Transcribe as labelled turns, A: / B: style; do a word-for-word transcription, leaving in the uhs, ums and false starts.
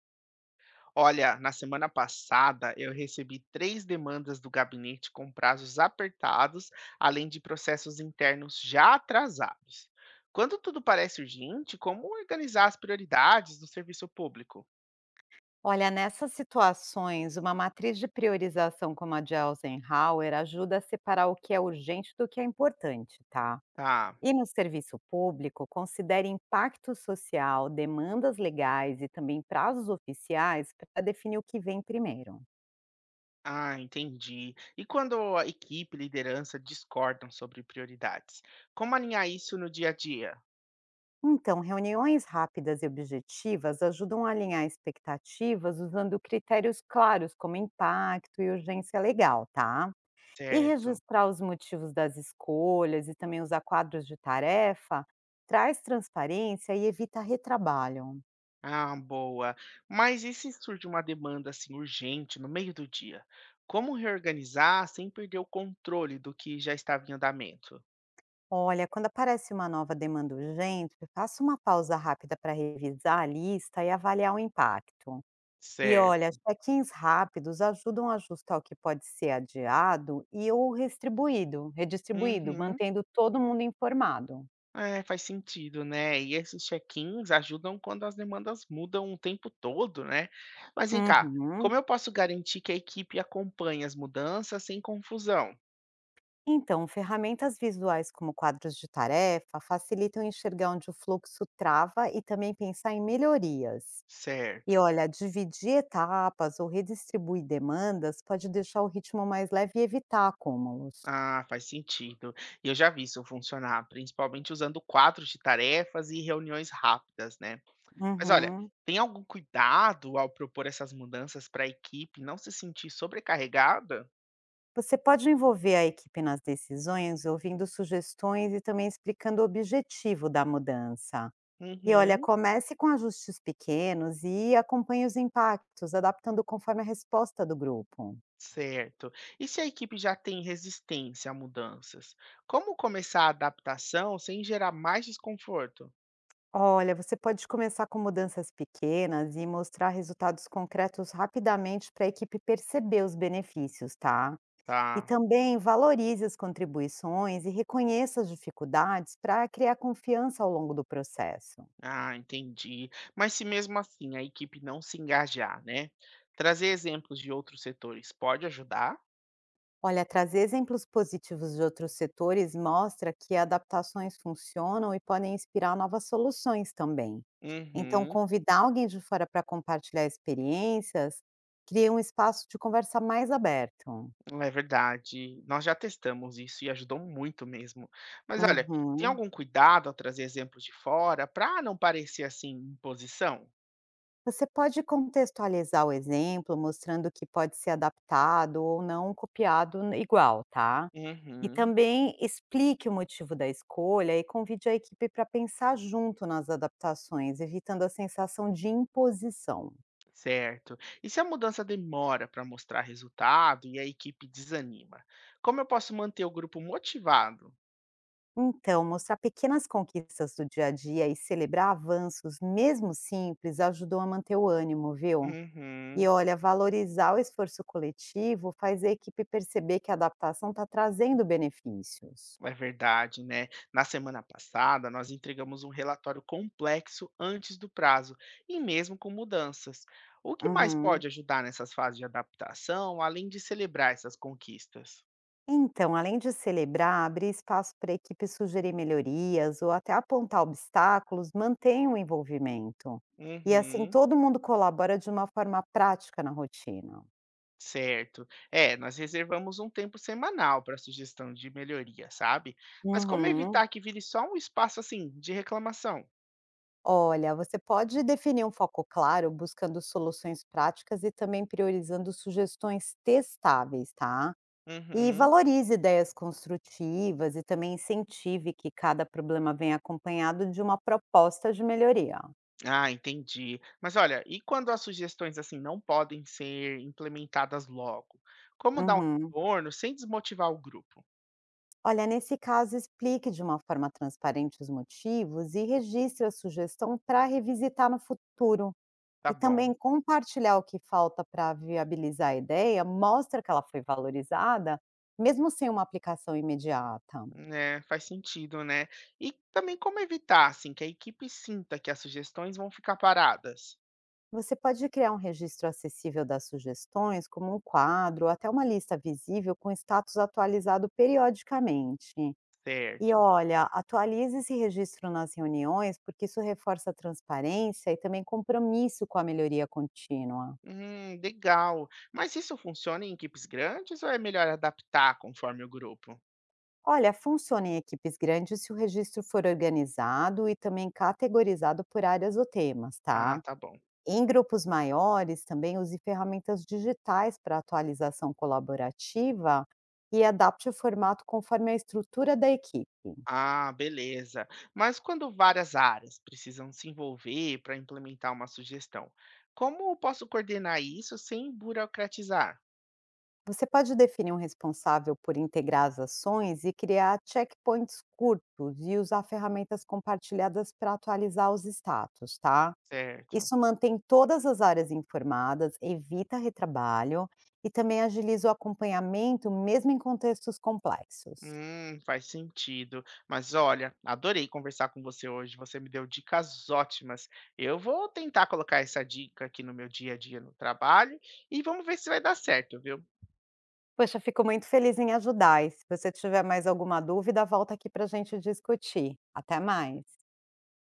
A: Olha, na semana passada eu recebi três demandas do gabinete com prazos apertados, além de processos internos já atrasados. Quando tudo parece urgente, como organizar as prioridades do serviço público?
B: Olha, nessas situações, uma matriz de priorização como a de Eisenhower ajuda a separar o que é urgente do que é importante, tá?
A: Tá.
B: E no serviço público, considere impacto social, demandas legais e também prazos oficiais para definir o que vem primeiro.
A: Ah, entendi. E quando a equipe e liderança discordam sobre prioridades, como alinhar isso no dia a dia?
B: Então, reuniões rápidas e objetivas ajudam a alinhar expectativas usando critérios claros como impacto e urgência legal, tá? E
A: Certo.
B: registrar os motivos das escolhas e também usar quadros de tarefa traz transparência e evita retrabalho.
A: Ah, boa. Mas e se surge uma demanda assim urgente no meio do dia? Como reorganizar sem perder o controle do que já estava em andamento?
B: Olha, quando aparece uma nova demanda urgente, faça uma pausa rápida para revisar a lista e avaliar o impacto. E olha,
A: Certo.
B: check-ins rápidos ajudam a ajustar o que pode ser adiado e ou redistribuído, redistribuído,
A: Uhum.
B: mantendo todo mundo informado.
A: É, faz sentido, né? E esses check-ins ajudam quando as demandas mudam o tempo todo, né? Mas vem cá,
B: Uhum.
A: como eu posso garantir que a equipe acompanhe as mudanças sem confusão?
B: Então, ferramentas visuais como quadros de tarefa facilitam enxergar onde o fluxo trava e também pensar em melhorias.
A: Certo.
B: E olha, dividir etapas ou redistribuir demandas pode deixar o ritmo mais leve e evitar acúmulos.
A: Ah, faz sentido. E eu já vi isso funcionar, principalmente usando quadros de tarefas e reuniões rápidas, né? Mas olha,
B: Uhum.
A: tem algum cuidado ao propor essas mudanças para a equipe não se sentir sobrecarregada?
B: Você pode envolver a equipe nas decisões, ouvindo sugestões e também explicando o objetivo da mudança. E olha,
A: Uhum,
B: comece com ajustes pequenos e acompanhe os impactos, adaptando conforme a resposta do grupo.
A: certo. E se a equipe já tem resistência a mudanças? Como começar a adaptação sem gerar mais desconforto?
B: Olha, você pode começar com mudanças pequenas e mostrar resultados concretos rapidamente para a equipe perceber os benefícios, tá? E
A: Tá,
B: também valorize as contribuições e reconheça as dificuldades para criar confiança ao longo do processo.
A: ah, entendi. Mas se mesmo assim a equipe não se engajar, né? Trazer exemplos de outros setores pode ajudar?
B: Olha, trazer exemplos positivos de outros setores mostra que adaptações funcionam e podem inspirar novas soluções também. Então,
A: Uhum.
B: convidar alguém de fora para compartilhar experiências cria um espaço de conversa mais aberto.
A: Hum, é verdade. Nós já testamos isso e ajudou muito mesmo. Mas olha, tem
B: Uhum.
A: algum cuidado ao trazer exemplos de fora para não parecer assim imposição?
B: Você pode contextualizar o exemplo, mostrando que pode ser adaptado ou não copiado n- igual, tá? E
A: Uhum,
B: também explique o motivo da escolha e convide a equipe para pensar junto nas adaptações, evitando a sensação de imposição.
A: certo. E se a mudança demora para mostrar resultado e a equipe desanima? Como eu posso manter o grupo motivado?
B: Então, mostrar pequenas conquistas do dia a dia e celebrar avanços, mesmo simples, ajudou a manter o ânimo, viu? E
A: Uhum.
B: olha, valorizar o esforço coletivo faz a equipe perceber que a adaptação está trazendo benefícios.
A: É verdade, né? Na semana passada, nós entregamos um relatório complexo antes do prazo, e mesmo com mudanças. O que mais
B: Uhum.
A: pode ajudar nessas fases de adaptação, além de celebrar essas conquistas?
B: Então, além de celebrar, abrir espaço para a equipe sugerir melhorias ou até apontar obstáculos, mantém o envolvimento. E assim,
A: Uhum,
B: todo mundo colabora de uma forma prática na rotina.
A: certo. É, nós reservamos um tempo semanal para sugestão de melhoria, sabe? Mas como
B: Uhum.
A: evitar que vire só um espaço assim de reclamação?
B: Olha, você pode definir um foco claro, buscando soluções práticas e também priorizando sugestões testáveis, tá? E
A: Uhum.
B: valorize ideias construtivas e também incentive que cada problema venha acompanhado de uma proposta de melhoria.
A: Ah, entendi. Mas olha, e quando as sugestões assim não podem ser implementadas logo? Como dar um
B: Uhum.
A: retorno sem desmotivar o grupo?
B: Olha, nesse caso, explique de uma forma transparente os motivos e registre a sugestão para revisitar no futuro.
A: Tá
B: E
A: bom.
B: também compartilhar o que falta para viabilizar a ideia mostra que ela foi valorizada, mesmo sem uma aplicação imediata.
A: É, faz sentido, né? E também como evitar assim que a equipe sinta que as sugestões vão ficar paradas,
B: Você pode criar um registro acessível das sugestões, como um quadro ou até uma lista visível com status atualizado periodicamente. E
A: certo?
B: olha, atualize esse registro nas reuniões, porque isso reforça a transparência e também compromisso com a melhoria contínua.
A: Hum, legal. Mas isso funciona em equipes grandes ou é melhor adaptar conforme o grupo?
B: Olha, funciona em equipes grandes se o registro for organizado e também categorizado por áreas ou temas,
A: Ah,
B: tá?
A: tá bom.
B: Em grupos maiores, também use ferramentas digitais para atualização colaborativa e adapte o formato conforme a estrutura da equipe.
A: Ah, beleza. Mas quando várias áreas precisam se envolver para implementar uma sugestão, como eu posso coordenar isso sem burocratizar?
B: Você pode definir um responsável por integrar as ações e criar checkpoints curtos e usar ferramentas compartilhadas para atualizar os status, tá?
A: Certo.
B: Isso mantém todas as áreas informadas, evita retrabalho e também agiliza o acompanhamento, mesmo em contextos complexos.
A: Hum, faz sentido. Mas olha, adorei conversar com você hoje. Você me deu dicas ótimas. Eu vou tentar colocar essa dica aqui no meu dia a dia no trabalho e vamos ver se vai dar certo, viu?
B: Poxa, fico muito feliz em ajudar e se você tiver mais alguma dúvida, volta aqui para a gente discutir. Até mais.